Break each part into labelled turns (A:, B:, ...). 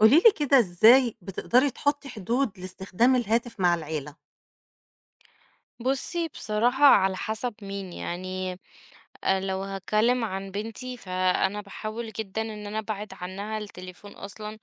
A: قولي لي كده إزاي بتقدري تحطّي حدود لاستخدام الهاتف مع العيلة؟
B: بُصّي، بصراحة على حسب مين، يعني. لو هاتكلم عن بنتي، فأنا باحاول جدًا إن أنا أبعد عنها التليفون أصلًا،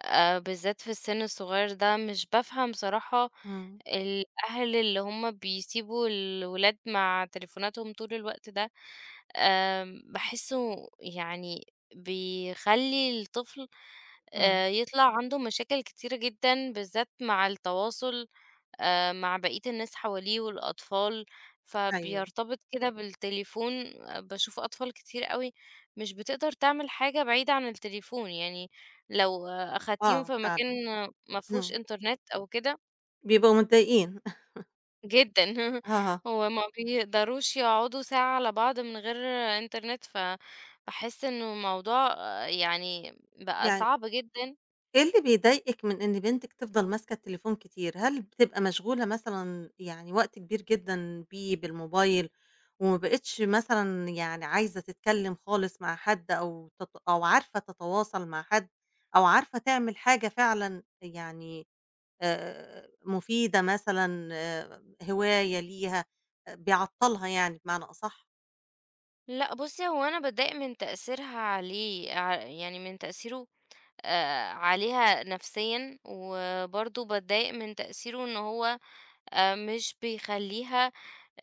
B: بالذات في السن الصغير ده. مش بافهم صراحة
A: إمم،
B: الأهل اللي هم بيسيبوا الولاد مع تليفوناتهم طول الوقت ده، باحسه يعني بيخلّي الطفل
A: إمم،
B: يطلع عنده مشاكل كتيرة جدًا، بالذات مع التواصل مع بقية الناس حواليه والأطفال،
A: أيوه،
B: فبيرتبط كده بالتليفون. باشوف أطفال كتير أوي مش بتقدر تعمل حاجة بعيدة عن التليفون، يعني لو أخدتيهم
A: آه
B: في مكان
A: فعلًا،
B: ما فيهوش
A: إمم،
B: إنترنت أو كده.
A: بيبقوا متضايقين.
B: جدًا
A: آه،
B: هو ما بيقدروش يقعدوا ساعة على بعض من غير إنترنت، فباحس إنه الموضوع يعني بقى
A: يعني
B: صعب جدًا.
A: إيه اللي بيضايقِك من إن بنتِك تفضل ماسكة التليفون كتير؟ هل بتبقى مشغولة مثلًا يعني وقت كبير جدًا بيه بالموبايل، وما بقيتش مثلًا يعني عايزة تتكلم خالص مع حد أو أو عارفة تتواصل مع حد، أو عارفة تعمل حاجة فعلًا يعني مفيدة مثلًا هواية ليها بيعطّلها يعني بمعنى أصح؟
B: لأ بُصّي، هو أنا باتضايق من تأثيرها عليه، يعني من تأثيره عليها نفسيًا، وبرضه باتضايق من تأثيره إن هو مش بيخلّيها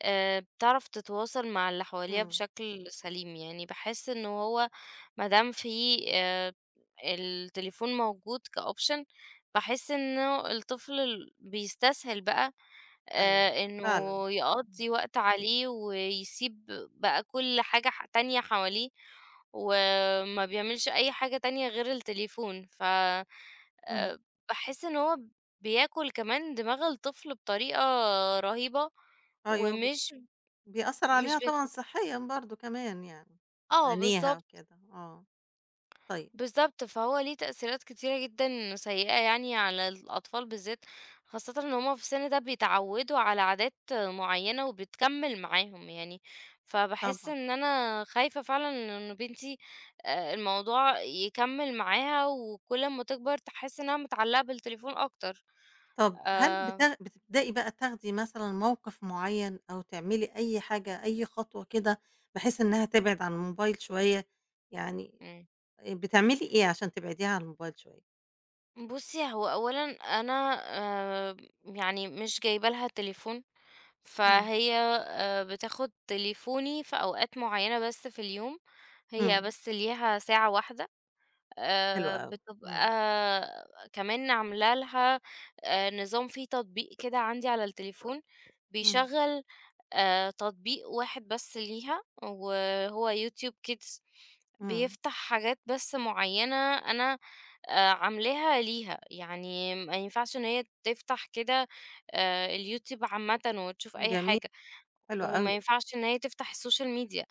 B: بتعرف تتواصل مع اللي حواليها
A: إمم،
B: بشكل سليم، يعني باحس إن هو ما دام في التليفون موجود كoption، باحس إنه الطفل بيستسهل بقى
A: أيوه
B: إنه
A: فعلًا. إمم.
B: يقضّي وقت عليه ويسيب بقى كل حاجة تانية حواليه، وما بيعملش أي حاجة تانية غير التليفون. ف آآ
A: اهم،
B: باحس إن هو بياكل كمان دماغ الطفل بطريقة رهيبة
A: أيوه
B: ومش
A: بيأثّر
B: مش
A: عليها طبعًا
B: بت
A: صحيًا برضه كمان يعني،
B: آه،
A: عينيها
B: بالضبط.
A: وكده، آه، طيب
B: بالضبط، فهو ليه تأثيرات كتيرة جدًا سيئة يعني على الأطفال بالذات، خاصةً إن هُم في السن ده بيتعودوا على عادات معيّنة وبتكمّل معاهم يعني، فباحس
A: طبعًا.
B: إن أنا خايفة فعلًا إن بنتي الموضوع يكمّل معاها وكل أمّا تكبر تحس إنها متعلقة بالتليفون أكتر.
A: طَب هل
B: آآ
A: بتبدئي بقى تاخدي مثلًا موقف معيّن أو تعملي أي حاجة، أي خطوة كده بحيث إنها تبعد عن الموبايل شوية؟ يعني
B: إمم.
A: بتعملي إيه عشان تبعديها عن الموبايل شوية؟
B: بُصّي، هو أولًا أنا آآ يعني مش جايبة لها التليفون
A: إمم،
B: فهي بتاخد تليفوني في أوقات معيّنة بس في اليوم، هي
A: إمم،
B: بس ليها ساعة واحدة.
A: حلو أوي، إمم،
B: بتبقى كمان عاملة لها نظام في تطبيق كده عندي على التليفون،
A: إمم،
B: بيشغّل تطبيق واحد بس ليها وهو يوتيوب Kids،
A: إمم،
B: بيفتح حاجات بس معيّنة أنا عاملاها ليها، يعني ما ينفعش إن هي تفتح كده اليوتيوب عامةً وتشوف أي
A: جميل،
B: حاجة،
A: حلو أوي،
B: وما ينفعش إن هي تفتح السوشيال ميديا.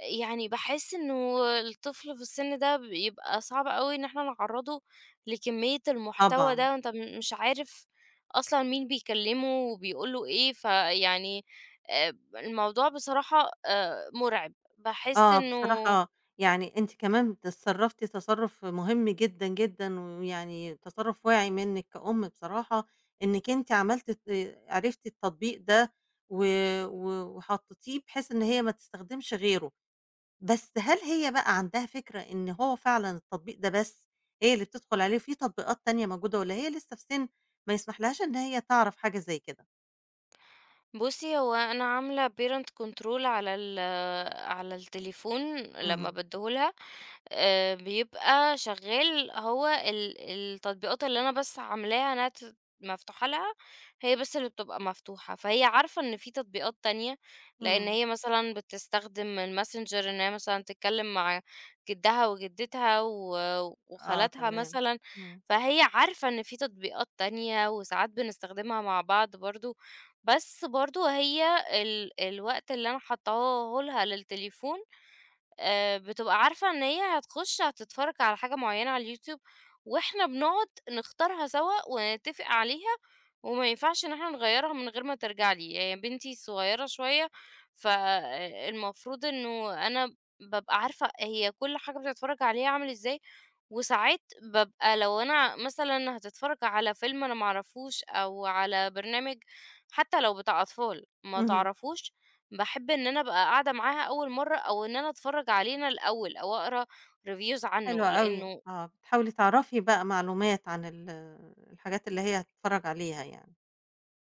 B: يعني باحس إنه الطفل في السن ده بيبقى صعب أوي إن إحنا نعرّضه لكمية المحتوى
A: طبعًا.
B: ده، وأنت مش عارف أصلًا مين بيكلّمه وبيقول له إيه، فيعني الموضوع بصراحة مُرعب، باحس
A: آه،
B: إنه
A: بصراحة يعني أنتِ كمان تصرّفتِ تصرُّف مهم جدًا، جدًا، ويعني تصرُّف واعي منِّك كأم بصراحة، إنِّك أنتِ عملتِ عرفتِ التطبيق ده و و وحطّيتيه بحيث إن هي ما تستخدمش غيره، بس هل هي بقى عندها فكرة إن هو فعلًا التطبيق ده بس هي اللي بتدخُل عليه، في تطبيقات تانية موجودة والّا هي لسه في سِن ما يسمحلهاش إن هي تعرف حاجة زي كده؟
B: بُصّي، هو أنا عاملة parent control على على التليفون لمّا
A: اهم،
B: بادّيه لها. بيبقى شغال هو التطبيقات اللي أنا بس عاملاها إنها مفتوحة لها، هي بس اللي بتبقى مفتوحة، فهي عارفة إن في تطبيقات تانية، لإن
A: إمم،
B: هي مثلًا بتستخدم الMessenger إن هي مثلًا تتكلم مع جدها وجدتها و
A: آه،
B: وخالاتها
A: تمام،
B: مثلًا،
A: إمم،
B: فهي عارفة إن في تطبيقات تانية وساعات بنستخدمها مع بعض برضه، بس برضه هي الوقت اللي أنا حاطاه لها للتليفون بتبقى عارفة إن هي هتتفرج على حاجة معيّنة على اليوتيوب، وإحنا بنقعد نختارها سوا ونتفق عليها، وما ينفعش إن إحنا نغيّرها من غير ما ترجع لي، هي بنتي صغيّرة شوية، فالمفروض إنه أنا بابقى عارفة هي كل حاجة بتتفرج عليها عامل إزاي، وساعات بابقى لو أنا مثلًا هتتفرج على فيلم أنا ما أعرفوش أو على برنامج حتى لو بتاع أطفال ما
A: اهم.
B: تعرفوش باحب إن أنا أبقى قاعدة معاها أول مرّة، أو إن أنا أتفرّج علينا الأول أو أقرا reviews
A: حلو
B: عنه،
A: أوي،
B: لإنه
A: آه، بتحاولي تعرفي بقى معلومات عن الحاجات اللي هي هتتفرّج عليها يعني،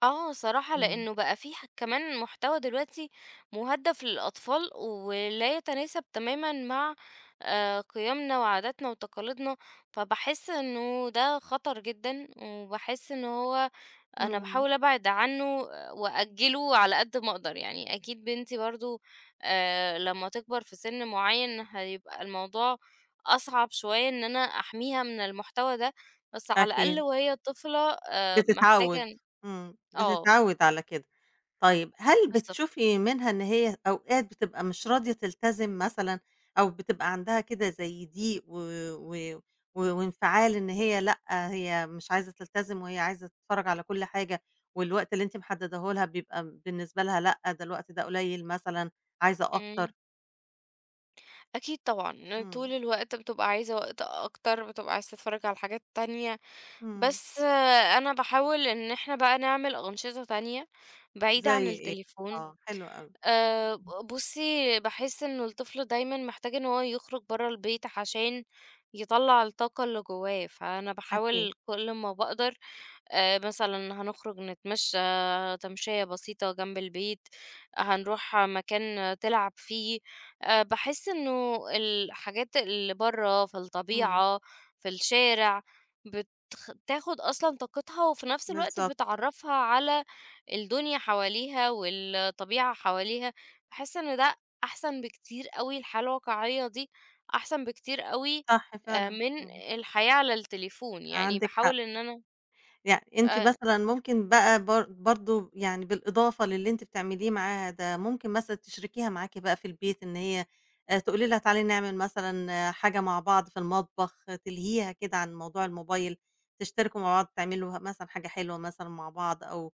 B: صراحة،
A: إمم،
B: لإنه بقى في كمان محتوى دلوقتي مُهدّف للأطفال، ولا يتناسب تمامًا مع قيمنا وعاداتنا وتقاليدنا، فباحس إنه ده خطر جدًا، وباحس إن هو أنا
A: إمم،
B: باحاول أبعد عنّه وأأجّله على قد ما أقدر، يعني أكيد بنتي برضه لمّا تكبر في سِن معيّن هيبقى الموضوع أصعب شوية إن أنا أحميها من المحتوى ده، بس على الأقل
A: أكيد،
B: وهي طفلة محتاجة
A: بتتعوّد، إمم،
B: آه،
A: بتتعوّد على كده، طيب هل
B: بالضبط،
A: بتشوفي منها إن هي أوقات بتبقى مش راضية تلتزم مثلًا أو بتبقى عندها كده زي ضيق و و و وانفعال إن هي لأ، هي مش عايزة تلتزم وهي عايزة تتفرّج على كل حاجة والوقت اللي أنتِ محدّداه لها بيبقى بالنسبة لها لأ، ده الوقت ده قليّل مثلًا، عايزة
B: إمم.
A: أكتر؟
B: أكيد طبعًا، طول
A: إمم.
B: الوقت بتبقى عايزة وقت أكتر، بتبقى عايزة تتفرّج على حاجات تانية،
A: إمم،
B: بس أنا باحاول إن إحنا بقى نعمل أنشطة تانية بعيدة عن
A: زي إيه؟
B: التليفون.
A: آه، حلو أوي،
B: ب بُصّي، باحس إنه الطفل دايمًا محتاج إن هو يخرج برّه البيت عشان يطلّع الطاقة اللي جوّاه، فأنا
A: أكيد،
B: باحاول كل ما باقدر مثلًا هنخرج نتمشى تمشية بسيطة جنب البيت، هنروح مكان تلعب فيه. باحس إنه الحاجات اللي برّه في
A: إمم،
B: الطبيعة، في الشارع، بتاخد أصلًا طاقتها وفي نفس الوقت
A: بالضبط،
B: بتعرّفها على الدنيا حواليها والطبيعة حواليها، باحس إن ده أحسن بكتير أوي، الحياة الواقعية دي أحسن بكتير أوي
A: صح فعلًا،
B: من
A: إمم،
B: الحياة على التليفون. يعني
A: عندِك حق،
B: باحاول إن أنا
A: يعني أنتِ
B: آآ
A: مثلًا ممكن بقى برضه يعني بالإضافة للي أنتِ بتعمليه معاها ده، ممكن مثلًا تشركيها معاكِ بقى في البيت إن هي تقولي لها تعالي نعمل مثلًا حاجة مع بعض في المطبخ، آه، تلهيها كده عن موضوع الموبايل، تشتركوا مع بعض تعملوا مثلًا حاجة حلوة مثلًا مع بعض، أو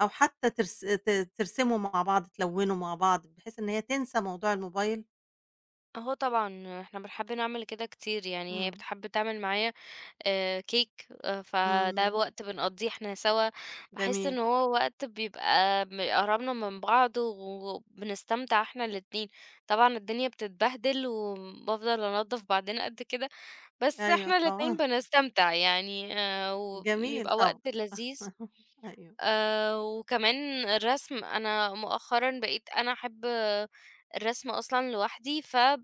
A: أو حتى ترسموا مع بعض، تلونوا مع بعض، بحيث إن هي تنسى موضوع الموبايل؟
B: أهو طبعًا إحنا بنحب نعمل كده كتير، يعني هي
A: إمم.
B: بتحب تعمل معايا كيك، فده
A: إمم،
B: وقت بنقضّيه إحنا سوا، باحس
A: جميل،
B: إن هو وقت بيبقى قربنا من بعض وبنستمتع إحنا الاتنين، طبعًا الدنيا بتتبهدل وبافضل أنضّف بعدين قد كده، بس
A: أيوه
B: إحنا الاتنين
A: طبعًا،
B: بنستمتع يعني
A: جميل
B: وبيبقى
A: طبعًا،
B: وقت لذيذ.
A: أيوه،
B: وكمان الرسم، أنا مؤخرًا بقيت أنا أحب الرسم أصلًا لوحدي، ف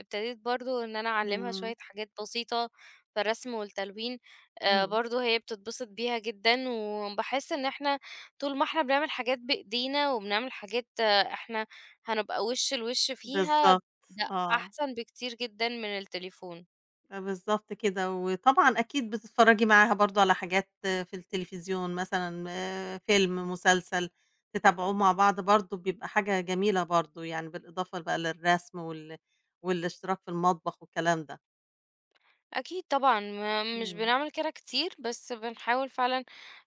B: ابتديت برضه إن أنا أعلّمها شوية
A: إمم،
B: حاجات بسيطة في الرسم والتلوين.
A: إمم،
B: برضه هي بتتبسط بيها جدًا، وباحس إن إحنا طول ما إحنا بنعمل حاجات بإيدينا، وبنعمل حاجات إحنا هنبقى وِش لوِش فيها،
A: بالضبط،
B: ده
A: آه،
B: أحسن بكتير جدًا من التليفون.
A: آه بالضبط كده، وطبعًا أكيد بتتفرّجي معاها برضه على حاجات في التلفزيون مثلًا فيلم، مسلسل، تتابعوه مع بعض برضه بيبقى حاجة جميلة برضه يعني بالإضافة بقى للرسم والاشتراك في المطبخ والكلام ده،
B: أكيد طبعًا، ما مش
A: إمم،
B: بنعمل كده كتير، بس بنحاول فعلًا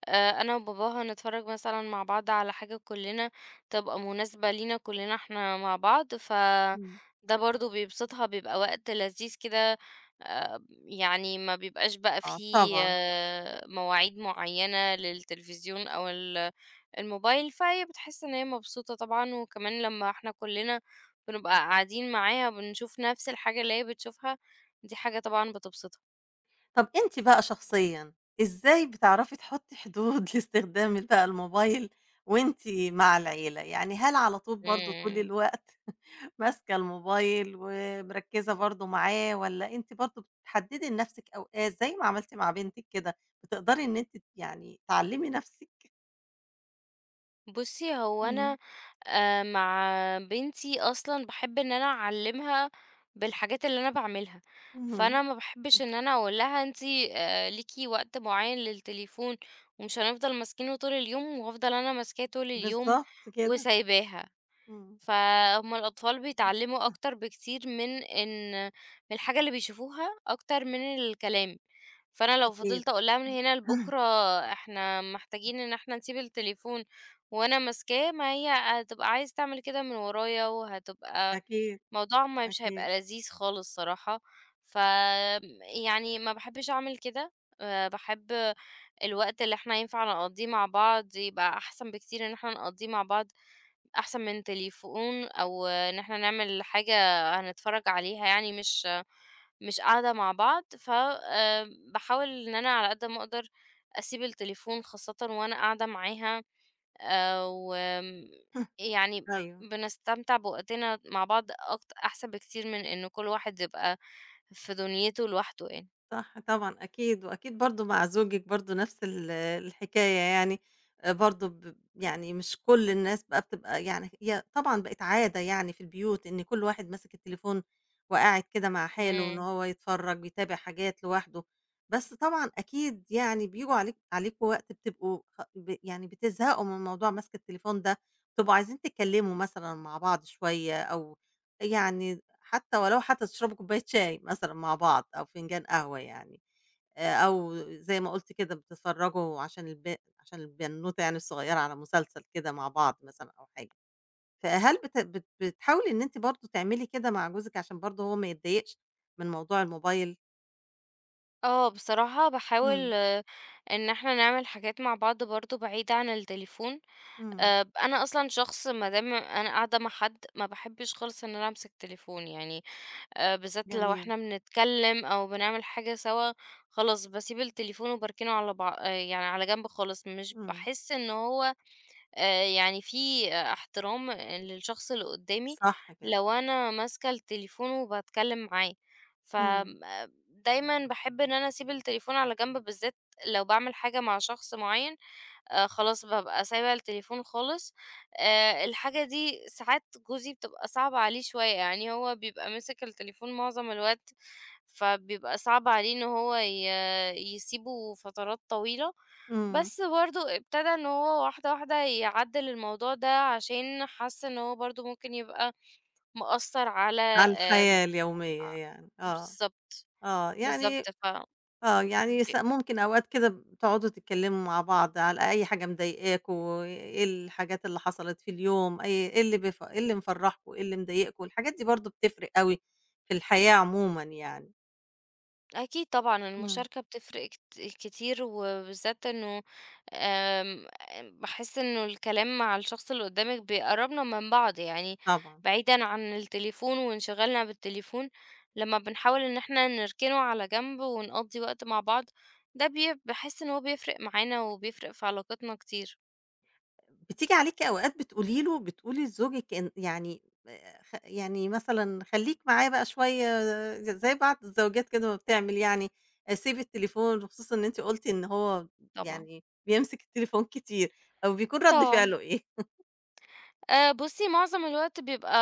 B: آه، انا وباباها نتفرج مثلا مع بعض على حاجة كلنا تبقى مناسبة لينا كلنا احنا مع بعض ف
A: إمم،
B: ده برضو بيبسطها بيبقى وقت لذيذ كده. آه، يعني ما بيبقاش بقى
A: آه
B: فيه
A: طبعًا.
B: مواعيد معينة للتلفزيون او الموبايل فهي بتحس ان هي مبسوطة طبعا وكمان لما احنا كلنا بنبقى قاعدين معاها بنشوف نفس الحاجة اللي هي بتشوفها دي حاجة طبعا بتبسطها.
A: طب أنتِ بقى شخصيًا، إزاي بتعرفي تحطّي حدود لاستخدام بقى الموبايل وأنتِ مع العيلة؟ يعني هل على طول برضه طول
B: مم.
A: الوقت ماسكة الموبايل ومركّزة برضه معاه والّا أنتِ برضه بتحدّدي لنَفْسِك أوقات زي ما عملتِ مع بنتِك كده، بتقدري إن أنتِ يعني تعلّمي نَفْسِك؟
B: بُصّي، هو
A: إمم،
B: أنا مع بنتي أصلًا باحب إن أنا أعلّمها بالحاجات اللي أنا باعملها،
A: اهم،
B: فأنا ما باحبش إن أنا أقول لها أنتِ ليكِ وقت معيّن للتليفون ومش هنفضل ماسكينه طول اليوم وهافضل أنا ماسكاه طول اليوم
A: بالضبط كده،
B: وسايباها،
A: إمم.
B: فهُم الأطفال بيتعلّموا أكتر بكتير من إن من الحاجة اللي بيشوفوها أكتر من الكلام. فأنا لو
A: أكيد.
B: فضلت أقول لها من هنا لبكرة إحنا محتاجين إن إحنا نسيب التليفون وأنا ماسكاه، ما هي هتبقى عايزة تعمل كده من ورايا، وهتبقى
A: أكيد،
B: موضوع ما مش
A: أكيد.
B: هيبقى لذيذ خالص صراحة. ف يعني ما باحبش أعمل كده. باحب الوقت اللي إحنا ينفع نقضيه مع بعض يبقى أحسن بكتير إن إحنا نقضيه مع بعض أحسن من تليفون أو إن إحنا نعمل حاجة هنتفرج عليها يعني مش قاعدة مع بعض. ف باحاول إن أنا على قد ما أقدر أسيب التليفون خاصةً وأنا قاعدة معاها. وآمم، يعني
A: أيوه.
B: بنستمتع بوقتنا مع بعض أحسن بكتير من إن كل واحد يبقى في دنيته لوحده يعني.
A: صح طبعًا أكيد، وأكيد برضه مع زوجِك برضه نفس الحكاية يعني، برضه يعني مش كل الناس بقى بتبقى يعني هي طبعًا بقت عادة يعني في البيوت إن كل واحد ماسك التليفون وقاعد كده مع حاله إن
B: إمم.
A: هو يتفرّج، بيتابع حاجات لوحده، بس طبعًا أكيد يعني بييجوا عليكم وقت بتبقوا خ ب يعني بتزهقوا من موضوع مَسْك التليفون ده، بتبقوا عايزين تتكلموا مثلًا مع بعض شوية أو يعني حتى ولو حتى تشربوا كوباية شاي مثلًا مع بعض أو فنجان قهوة يعني، أو زي ما قُلت كده بتتفرّجوا عشان البنوتة يعني الصغيّرة على مسلسل كده مع بعض مثلًا أو حاجة، فهل بت بت بتحاولي إن أنتِ برضه تعملي كده مع جوزِك عشان برضه هو ما يتضايقش من موضوع الموبايل؟
B: آه، بصراحة باحاول
A: إمم،
B: إن إحنا نعمل حاجات مع بعض برضه بعيد عن التليفون.
A: إمم،
B: أنا أصلًا شخص ما دام أنا قاعدة مع حد ما باحبش خالص إن أنا أمسك تليفون يعني، بالذات لو
A: جميل،
B: إحنا بنتكلم أو بنعمل حاجة سوا، خلاص باسيب التليفون وباركنه على بع آه، يعني على جنب خالص، مش
A: إمم،
B: باحس إن هو يعني في احترام للشخص اللي قدامي
A: صح كده،
B: لو أنا ماسكة التليفون وباتكلم معاه. ف
A: إمم،
B: دايمًا باحب إن أنا أسيب التليفون على جنب، بالذات لو باعمل حاجة مع شخص معين. خلاص بابقى سايبة التليفون خالص. الحاجة دي ساعات جوزي بتبقى صعبة عليه شوية، يعني هو بيبقى ماسك التليفون معظم الوقت، فبيبقى صعب عليه إن هو يسيبه فترات طويلة،
A: إمم،
B: بس برضه ابتدى إن هو واحدة، واحدة يعدِّل الموضوع ده عشان حَس إن هو برضه ممكن يبقى مأثّر على
A: على
B: آمم
A: الحياة اليومية
B: ع
A: يعني، آه،
B: بالضبط،
A: آه، يعني
B: بالضبط. ف
A: يعني
B: ب
A: ممكن أوقات كده بتقعدوا تتكلموا مع بعض على أي حاجة مضايقاكوا، إيه الحاجات اللي حصلت في اليوم، أي إيه اللي بيف إيه اللي مفرّحكوا، إيه اللي مضايقكوا، الحاجات دي برضه بتفرق أوي في الحياة عمومًا يعني.
B: أكيد طبعًا
A: إمم.
B: المشاركة بتفرق كتير، وبالذات إنه آمم، باحس إنه الكلام مع الشخص اللي قدامِك بيقرّبنا من بعض، يعني
A: طبعًا.
B: بعيدًا عن التليفون وانشغالنا بالتليفون، لمّا بنحاول إن إحنا نركنه على جنب ونقضّي وقت مع بعض، ده بي باحس إن هو بيفرق معانا وبيفرق في علاقتنا كتير.
A: بتيجي عليكِ أوقات بتقولي لزوجِك إن يعني خ يعني مثلًا خلّيك معايا بقى شوية زي بعض الزوجات كده ما بتعمل يعني، سيب التليفون وخصوصًا إن أنتِ قُلتِ إن هو
B: طبعًا.
A: يعني بيمسك التليفون كتير، أو بيكون رَد
B: طبعا
A: فعله إيه؟
B: بُصّي، معظم الوقت بيبقى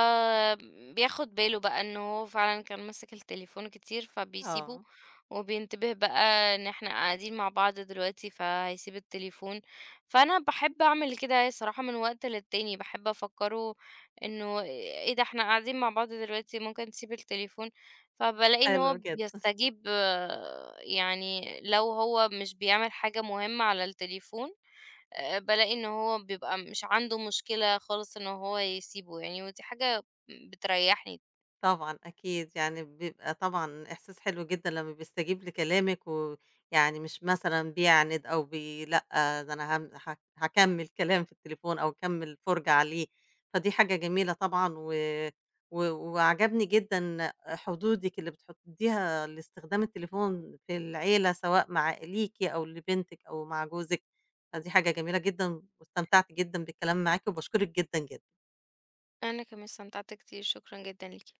B: بياخُد باله بقى إن هو فعلًا كان ماسك التليفون كتير، فبيسيبه
A: آه،
B: وبينتبه بقى إن إحنا قاعدين مع بعض دلوقتي، فهيسيب التليفون. فأنا باحب أعمل كده الصراحة من وقت للتاني، باحب أفكّره إنه إيه ده إحنا قاعدين مع بعض دلوقتي، ممكن تسيب التليفون. فبالاقي إن هو
A: حلو جدًا.
B: بيستجيب يعني لو هو مش بيعمل حاجة مهمة على التليفون. بالاقي إن هو بيبقى مش عنده مشكلة خالص إن هو يسيبه يعني، ودي حاجة بتريحني.
A: طبعًا أكيد، يعني بيبقى طبعًا إحساس حلو جدًا لمّا بيستجيب لكلامِك ويعني مش مثلًا بيعند أو لأ، ده أنا هام هاك هاكمّل كلام في التليفون أو أكمّل فرجة عليه، فدي حاجة جميلة طبعًا و و وعجبني جدًا حدودِك اللي بتحدّيها لاستخدام التليفون في العيلة، سواء مع ليكِ أو لبنتِك أو مع جوزِك، فدي حاجة جميلة جدًا واستمتعت جدًا بالكلام معاكِ وباشكرِك جدًا، جدًا.
B: أنا كمان استمتعت كتير، شكرًا جدًا ليكِ.